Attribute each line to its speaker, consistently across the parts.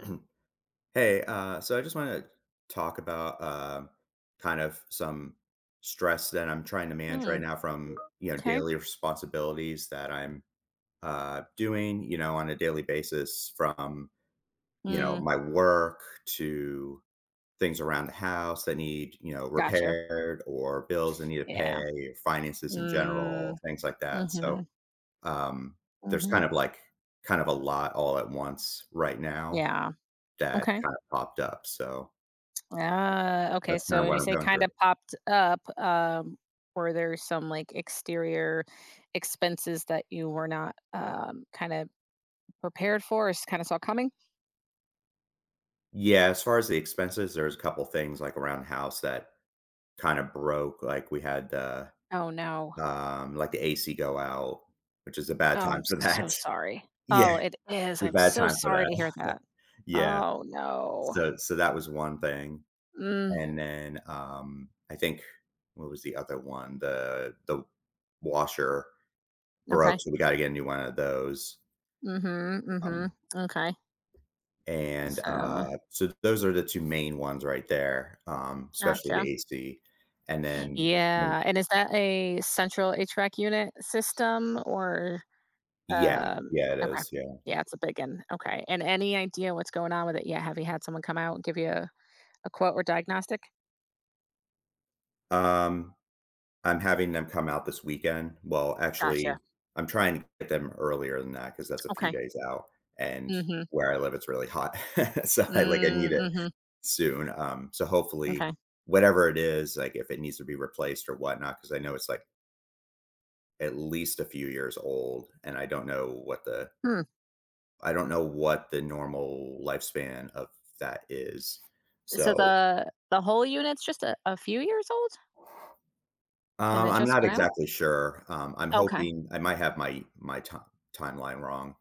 Speaker 1: Hey, so I just want to talk about kind of some stress that I'm trying to manage right
Speaker 2: Mm,
Speaker 1: now from
Speaker 2: okay.
Speaker 1: daily responsibilities that I'm doing, on a daily basis, from
Speaker 2: Mm,
Speaker 1: my work to things around the house that need
Speaker 2: gotcha.
Speaker 1: repaired, or bills I need to
Speaker 2: Yeah.
Speaker 1: pay, finances in general,
Speaker 2: Mm,
Speaker 1: things like that. So
Speaker 2: mhm,
Speaker 1: um, there's
Speaker 2: mhm.
Speaker 1: kind of like kind of a lot all at once right now
Speaker 2: Yeah,
Speaker 1: that
Speaker 2: okay.
Speaker 1: kind of popped up. So.
Speaker 2: Okay,
Speaker 1: That's kind
Speaker 2: so
Speaker 1: of
Speaker 2: when
Speaker 1: what
Speaker 2: you
Speaker 1: I'm
Speaker 2: say
Speaker 1: going through.
Speaker 2: kinda popped up, were there some, like, exterior expenses that you were not, kinda prepared for or kinda saw coming?
Speaker 1: Yeah, as far as the expenses, there's a couple things like around the house that kind of broke. Like we had the
Speaker 2: Oh, no.
Speaker 1: like the AC go out, which is a
Speaker 2: Oh,
Speaker 1: bad
Speaker 2: I'm
Speaker 1: time for that.
Speaker 2: so sorry.
Speaker 1: Yeah,
Speaker 2: Oh, it is,
Speaker 1: the
Speaker 2: I'm
Speaker 1: bad
Speaker 2: so
Speaker 1: time for
Speaker 2: sorry
Speaker 1: that.
Speaker 2: to hear that.
Speaker 1: Yeah.
Speaker 2: Oh, no.
Speaker 1: So that was one thing.
Speaker 2: Mm,
Speaker 1: And then I think what was the other one? The washer broke,
Speaker 2: okay.
Speaker 1: so we gotta get a new one of those.
Speaker 2: Mhm,
Speaker 1: Um
Speaker 2: mhm. Okay.
Speaker 1: And,
Speaker 2: So,
Speaker 1: so those are the two main ones right there, especially
Speaker 2: gotcha.
Speaker 1: the AC. And then mm,
Speaker 2: Yeah, and is that a central HVAC unit system or
Speaker 1: yeah,
Speaker 2: um,
Speaker 1: yeah, it
Speaker 2: okay.
Speaker 1: is, yeah.
Speaker 2: Yeah, it's a big one. Okay, and any idea what's going on with it yet? Have you had someone come out and give you a quote or diagnostic?
Speaker 1: Um, I'm having them come out this weekend. Well, actually,
Speaker 2: Gotcha.
Speaker 1: I'm trying to get them earlier than that because that's a few
Speaker 2: Okay.
Speaker 1: days out, and
Speaker 2: Mhm.
Speaker 1: where I live, it's really hot. So I like, I need
Speaker 2: Mm,
Speaker 1: it
Speaker 2: mhm.
Speaker 1: soon. So hopefully,
Speaker 2: Okay.
Speaker 1: whatever it is, like, if it needs to be replaced or whatnot, because I know it's, like, at least a few years old, and I don't know what the
Speaker 2: Hmm.
Speaker 1: I don't know what the normal lifespan of that is.
Speaker 2: So
Speaker 1: So,
Speaker 2: the whole unit's just a few years old and it
Speaker 1: I'm
Speaker 2: just
Speaker 1: not
Speaker 2: went out?
Speaker 1: exactly sure. I'm
Speaker 2: Okay.
Speaker 1: hoping I might have my my ti timeline wrong,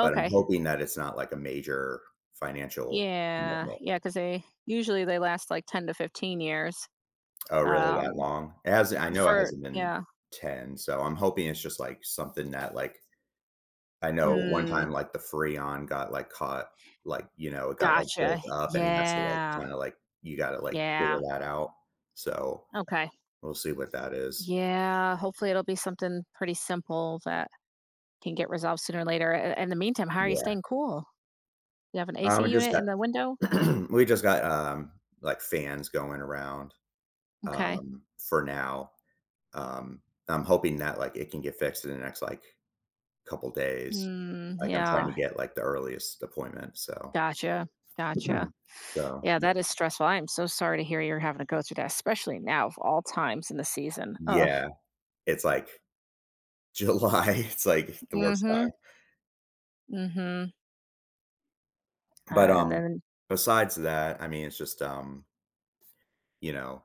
Speaker 1: but I'm hoping that it's not like a major financial
Speaker 2: Yeah.
Speaker 1: commitment.
Speaker 2: Yeah, cuz they usually they last like 10 to 15 years.
Speaker 1: Oh, really that
Speaker 2: Um
Speaker 1: long? It hasn't, I know it
Speaker 2: for,
Speaker 1: hasn't been
Speaker 2: yeah.
Speaker 1: ten, so I'm hoping it's just, like, something that, like, I know one
Speaker 2: Hmm.
Speaker 1: time, like, the Freon got, like, caught, like, it got, like, built
Speaker 2: Gotcha.
Speaker 1: up, and it has to, like,
Speaker 2: Yeah.
Speaker 1: kinda, like, you gotta, like, clear
Speaker 2: Yeah.
Speaker 1: that out. So,
Speaker 2: Okay.
Speaker 1: we'll see what that is.
Speaker 2: Yeah, hopefully it'll be something pretty simple that can get resolved sooner or later. In the meantime, how are you
Speaker 1: Yeah,
Speaker 2: staying cool? You have an AC
Speaker 1: we just
Speaker 2: unit
Speaker 1: got
Speaker 2: in the window?
Speaker 1: we just got, like, fans going around,
Speaker 2: Okay.
Speaker 1: for now. Um, I'm hoping that, like, it can get fixed in the next, like, couple days.
Speaker 2: Mm,
Speaker 1: Like, I'm trying
Speaker 2: yeah.
Speaker 1: to get, like, the earliest appointment, so
Speaker 2: Gotcha. Gotcha.
Speaker 1: so,
Speaker 2: Yeah,
Speaker 1: yeah.
Speaker 2: that is stressful. I am so sorry to hear you're having to go through that, especially now of all times in the season. Ugh.
Speaker 1: Yeah, it's, like, July. It's, like, the worst
Speaker 2: Mm-hmm.
Speaker 1: time.
Speaker 2: Mm-hmm. Uh,
Speaker 1: But,
Speaker 2: and then,
Speaker 1: besides that, I mean, it's just, you know,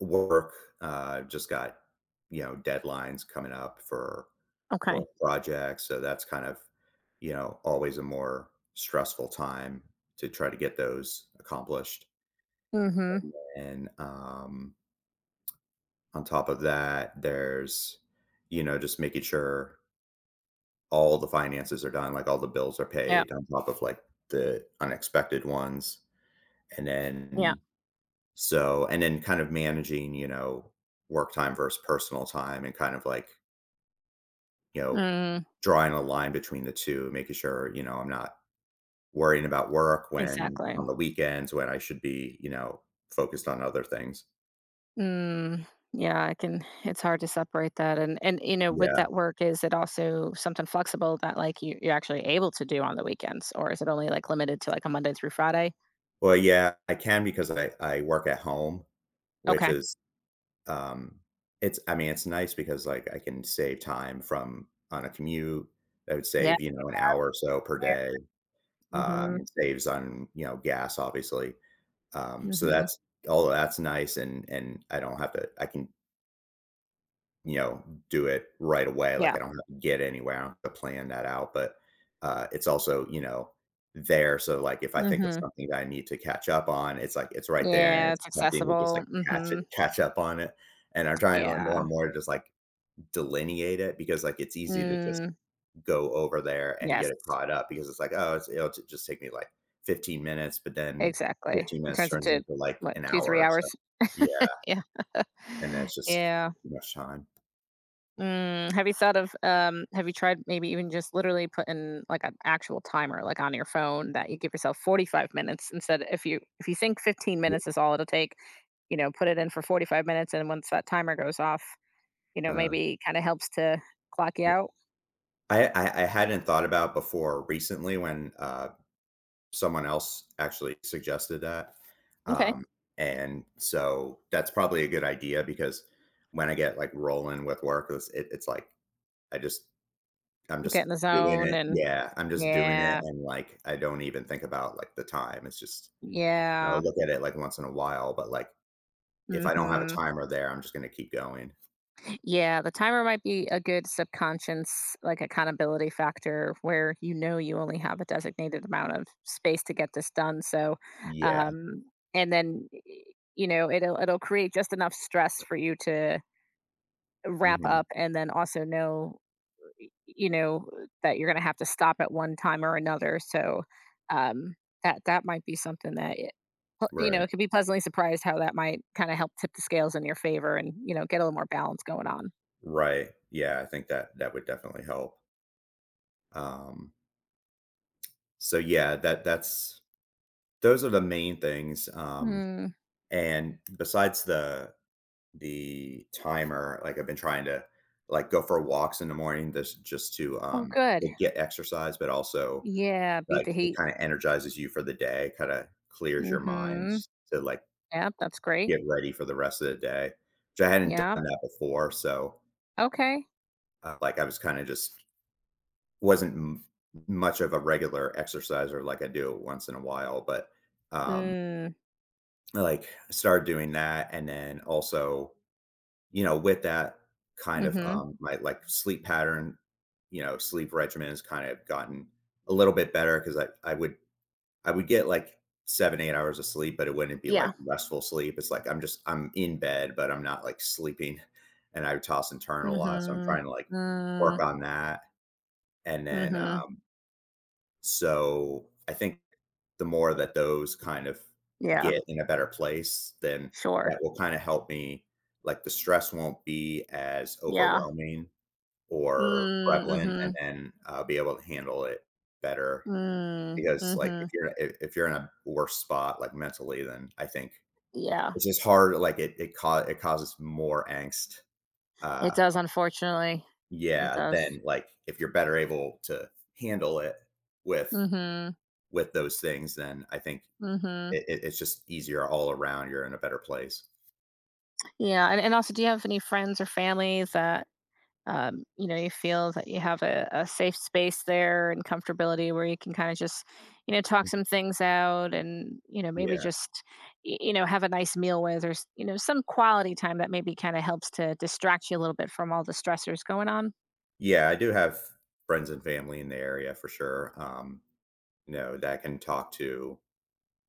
Speaker 1: work, just got, deadlines coming up for
Speaker 2: okay.
Speaker 1: work projects, so that's kind of, always a more stressful time to try to get those accomplished.
Speaker 2: Mm-hmm.
Speaker 1: And on top of that, there's, just making sure all the finances are done, like all the bills are
Speaker 2: Yeah.
Speaker 1: paid on top of like the unexpected ones. And
Speaker 2: Yeah.
Speaker 1: then, so, and then kind of managing, work time versus personal time, and kind of like, you know,
Speaker 2: Mm,
Speaker 1: drawing a line between the two, making sure, I'm not worrying about work when,
Speaker 2: exactly.
Speaker 1: on the weekends when I should be, focused on other things.
Speaker 2: Mm, yeah, I can it's hard to separate that, and you know, with
Speaker 1: Yeah.
Speaker 2: that work, is it also something flexible that like you're actually able to do on the weekends, or is it only like limited to like a Monday through Friday?
Speaker 1: Well, yeah, I can because I work at home, which
Speaker 2: Okay.
Speaker 1: is, um it's, I mean, it's nice because, like, I can save time from on a commute. I would
Speaker 2: Yeah.
Speaker 1: save, you know, an hour or so per day,
Speaker 2: Mhm.
Speaker 1: it saves on, you know, gas, obviously. So
Speaker 2: Mhm.
Speaker 1: that's all. That's nice, and I don't have to, I can, you know, do it right away. Like
Speaker 2: Yeah.
Speaker 1: I don't have to get anywhere. I don't have to plan that out. But it's also, you know, there. So like if I think of
Speaker 2: Mhm.
Speaker 1: something that I need to catch up on, it's like it's right there, and
Speaker 2: Yeah,
Speaker 1: it's
Speaker 2: it's
Speaker 1: tempting to just like
Speaker 2: accessible.
Speaker 1: catch it,
Speaker 2: Mhm.
Speaker 1: catch up on it. And I'm trying to like, more
Speaker 2: Yeah.
Speaker 1: and more to just like delineate it, because like it's easy to just
Speaker 2: Mm,
Speaker 1: go over there and
Speaker 2: yes,
Speaker 1: get it caught up, because it's like, oh, it's, just take me like 15 minutes, but then
Speaker 2: exactly.
Speaker 1: 15
Speaker 2: It
Speaker 1: minutes
Speaker 2: turns
Speaker 1: turns
Speaker 2: into
Speaker 1: into like
Speaker 2: what,
Speaker 1: an
Speaker 2: two,
Speaker 1: hour
Speaker 2: three
Speaker 1: or so.
Speaker 2: hours?
Speaker 1: Yeah.
Speaker 2: Yeah.
Speaker 1: And that's just
Speaker 2: Yeah.
Speaker 1: too much time.
Speaker 2: Mm, have you tried maybe even just literally putting like an actual timer like on your phone that you give yourself 45 minutes instead if you think 15
Speaker 1: Yeah.
Speaker 2: minutes is all it'll take, you know, put it in for 45 minutes and once that timer goes off, you know,
Speaker 1: Uh,
Speaker 2: maybe kind of helps to clock you out.
Speaker 1: I hadn't thought about before recently when, someone else actually suggested that,
Speaker 2: Okay.
Speaker 1: um, and so that's probably a good idea because when I get, like, rolling with work, it's it's like I just, I'm
Speaker 2: Get in
Speaker 1: just
Speaker 2: the
Speaker 1: doing
Speaker 2: zone
Speaker 1: it
Speaker 2: and
Speaker 1: yeah, I'm just doing it,
Speaker 2: yeah.
Speaker 1: and, like, I don't even think about, like, the time. It's just, I'll
Speaker 2: Yeah.
Speaker 1: look at it, like, once in a while, but, like, if I don't have a
Speaker 2: Mhm.
Speaker 1: timer there, I'm just gonna keep going.
Speaker 2: Yeah, the timer might be a good subconscious, like, accountability factor where you know you only have a designated amount of space to get this done. So,
Speaker 1: Yeah,
Speaker 2: um, and then, you know, it'll create just enough stress for you to wrap
Speaker 1: mhm,
Speaker 2: up, and then also know, you know, that you're going to have to stop at one time or another. So, um, that might be something that. It, you know,
Speaker 1: right,
Speaker 2: it could be pleasantly surprised how that might kind of help tip the scales in your favor and, you know, get a little more balance going on.
Speaker 1: right, yeah, I think that that would definitely help, um so yeah, that that's those are the main things,
Speaker 2: Hmm.
Speaker 1: and besides the timer, like, I've been trying to, like, go for walks in the morning, this just to,
Speaker 2: Oh, good.
Speaker 1: like, get exercise, but also,
Speaker 2: Yeah, beat
Speaker 1: like,
Speaker 2: the
Speaker 1: it
Speaker 2: heat.
Speaker 1: kinda energizes you for the day, kinda clears your mind
Speaker 2: Mhm.
Speaker 1: to, like,
Speaker 2: Yep, that's great.
Speaker 1: get ready for the rest of the day, which I hadn't done
Speaker 2: Yep.
Speaker 1: that before, so,
Speaker 2: Okay.
Speaker 1: like, I was kinda just wasn't m much of a regular exerciser, like, I do it once in a while, but, um
Speaker 2: Mm.
Speaker 1: like, started doing that, and then also, you know, with that kind of,
Speaker 2: Mhm.
Speaker 1: my, like, sleep pattern, you know, sleep regimen has kind of gotten a little bit better, because I I would I would get, like, 7, 8 hours of sleep, but it wouldn't be, like,
Speaker 2: Yeah.
Speaker 1: restful sleep. It's like I'm just, I'm in bed, but I'm not, like, sleeping, and I would toss and turn a lot, so I'm
Speaker 2: Mhm.
Speaker 1: trying to, like, work
Speaker 2: Mm.
Speaker 1: on that, and then,
Speaker 2: Mhm.
Speaker 1: so I think the more that those kind of
Speaker 2: Yeah.
Speaker 1: get in a better place, then that
Speaker 2: Sure.
Speaker 1: will kind of help me. Like the stress won't be as
Speaker 2: Yeah.
Speaker 1: overwhelming or
Speaker 2: Mm.
Speaker 1: prevalent, and
Speaker 2: Mhm.
Speaker 1: then I'll be able to handle it better.
Speaker 2: Mm.
Speaker 1: Because like
Speaker 2: Mhm.
Speaker 1: if you're if you're in a worse spot like mentally, then I think
Speaker 2: Yeah.
Speaker 1: it's just hard. Like it causes more angst.
Speaker 2: It
Speaker 1: Uh,
Speaker 2: does, unfortunately. It
Speaker 1: yeah.
Speaker 2: does.
Speaker 1: Then like if you're better able to handle it with
Speaker 2: Mhm.
Speaker 1: with those things, then I think
Speaker 2: Mhm.
Speaker 1: it's just easier all around. You're in a better place.
Speaker 2: Yeah, and also, do you have any friends or family that you know, you feel that you have a safe space there and comfortability where you can kind of just, you know, talk some things out and, you know, maybe
Speaker 1: Yeah.
Speaker 2: just, you know, have a nice meal with or, you know, some quality time that maybe kind of helps to distract you a little bit from all the stressors going on.
Speaker 1: Yeah. I do have friends and family in the area for sure. You know, that I can talk to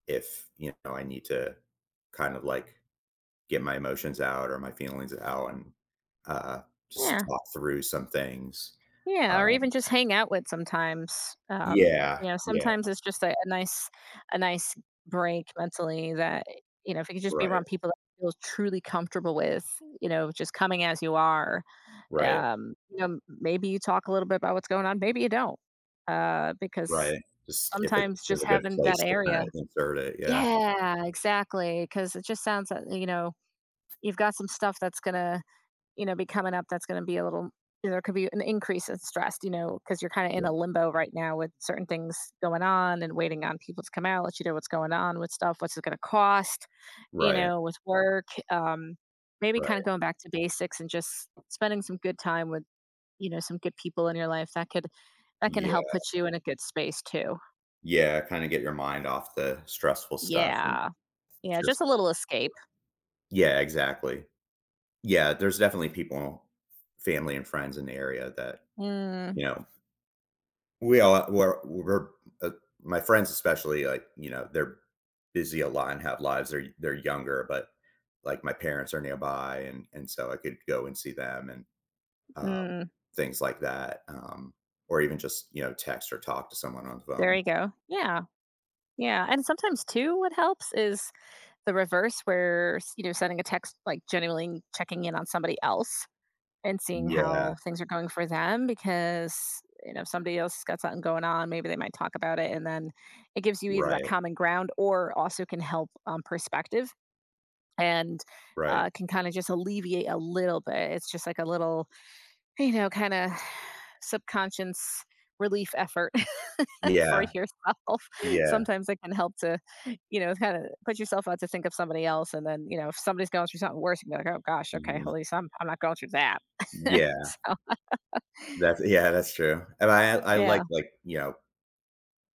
Speaker 1: if, you know, I need to kind of like get my emotions out or my feelings out, and uh, just
Speaker 2: Yeah.
Speaker 1: talk through some things.
Speaker 2: Yeah. Or
Speaker 1: Um,
Speaker 2: even just hang out with sometimes. Um,
Speaker 1: yeah.
Speaker 2: you know,
Speaker 1: Yeah.
Speaker 2: sometimes it's just a nice break mentally that, you know, if you could just be
Speaker 1: Right.
Speaker 2: around people that you feel truly comfortable with, you know, just coming as you are.
Speaker 1: Right.
Speaker 2: You know, m maybe you talk a little bit about what's going on, maybe you don't, because
Speaker 1: Right. Just if it's
Speaker 2: sometimes just
Speaker 1: a good
Speaker 2: having that
Speaker 1: place to kind
Speaker 2: area.
Speaker 1: of insert it. Yeah.
Speaker 2: Yeah, exactly. Because it just sounds that, you know, you've got some stuff that's gonna, you know, be coming up that's gonna be a little there could be an increase in stress, you know, because you 'cause you're kinda in
Speaker 1: Yeah.
Speaker 2: a limbo right now with certain things going on and waiting on people to come out, let you know what's going on with stuff, what's it gonna cost, you
Speaker 1: Right.
Speaker 2: know, with work, um, maybe kinda
Speaker 1: Right.
Speaker 2: going back to basics and just spending some good time with, you know, some good people in your life that can
Speaker 1: Yeah.
Speaker 2: help put you in a good space too.
Speaker 1: Yeah, kinda get your mind off the stressful stuff and
Speaker 2: Yeah. Yeah,
Speaker 1: just,
Speaker 2: just a little escape.
Speaker 1: yeah, exactly. Yeah, there's definitely people, family and friends in the area that,
Speaker 2: Mm,
Speaker 1: you know, we all we're, uh my friends especially, like, you know, they're busy a lot and have lives. They're younger, but, like, my parents are nearby, and so I could go and see them, and, um,
Speaker 2: mm,
Speaker 1: things like that, or even just, you know, text or talk to someone on the
Speaker 2: there
Speaker 1: phone.
Speaker 2: you go. Yeah. Yeah, and sometimes too what helps is the reverse where, s you know, sending a text, like, genuinely checking in on somebody else and seeing
Speaker 1: Yeah,
Speaker 2: how things are going for them because, you know, if somebody else has got something going on, maybe they might talk about it, and then it gives you either that
Speaker 1: right,
Speaker 2: common ground or also can help, perspective, and
Speaker 1: right.
Speaker 2: can kind of just alleviate a little bit. It's just like a little, you know, kind of subconscious relief effort for
Speaker 1: Yeah,
Speaker 2: yourself.
Speaker 1: yeah,
Speaker 2: Sometimes it can help to, you know, kind of put yourself out to think of somebody else. And then, you know, if somebody's going through something worse, you can be like, oh gosh, okay,
Speaker 1: mhm.
Speaker 2: at least I'm not going through that.
Speaker 1: Yeah,
Speaker 2: So,
Speaker 1: yeah, that's true. And I like
Speaker 2: yeah.
Speaker 1: like, you know,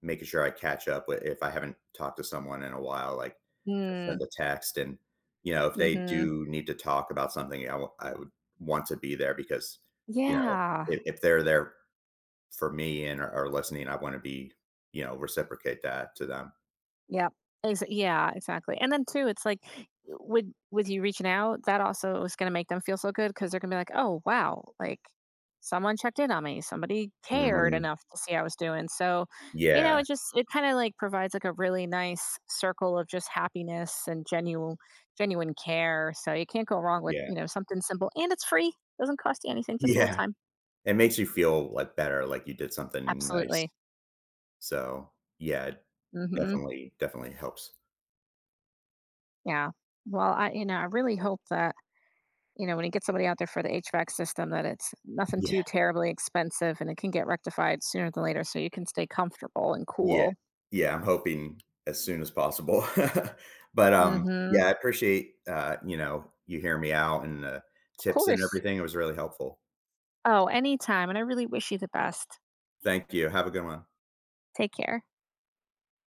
Speaker 1: making sure I catch up with, if I haven't talked to someone in a while, like just send
Speaker 2: Mm,
Speaker 1: a text and, you know, if they
Speaker 2: hmm.
Speaker 1: do need to talk about something, I would want to be there because, you know,
Speaker 2: Yeah.
Speaker 1: if they're there for me and are listening, I want to, be, reciprocate that to them.
Speaker 2: Yep. Ex yeah, exactly, and then too, it's like, with with you reaching out, that also is gonna make them feel so good because they 'cause they're gonna be like, "Oh, wow, like, someone checked in on me, somebody cared
Speaker 1: Hmm.
Speaker 2: enough to see how I was doing," so, you know,
Speaker 1: Yeah,
Speaker 2: it just it kinda, like, provides, like, a really nice circle of just happiness and genuine care, so you can't go wrong with,
Speaker 1: yeah,
Speaker 2: you know, something simple, and it's free, doesn't cost you anything, just a little
Speaker 1: yeah.
Speaker 2: time.
Speaker 1: It makes you feel like better, like you did something nice.
Speaker 2: Absolutely.
Speaker 1: So yeah, it
Speaker 2: Mhm.
Speaker 1: definitely, definitely helps.
Speaker 2: Yeah. Well, I really hope that, you know, when you get somebody out there for the HVAC system, that it's nothing too terribly expensive and it can get rectified sooner than later so you can stay comfortable and
Speaker 1: Yeah.
Speaker 2: cool.
Speaker 1: Yeah, I'm hoping as soon as possible. But,
Speaker 2: Mm-hmm.
Speaker 1: yeah, I appreciate, you know, you hear me out, and,
Speaker 2: Of
Speaker 1: tips and
Speaker 2: course.
Speaker 1: everything. It was really helpful.
Speaker 2: Oh, anytime. And I really wish you the best.
Speaker 1: Thank you. Have a good one.
Speaker 2: Take care.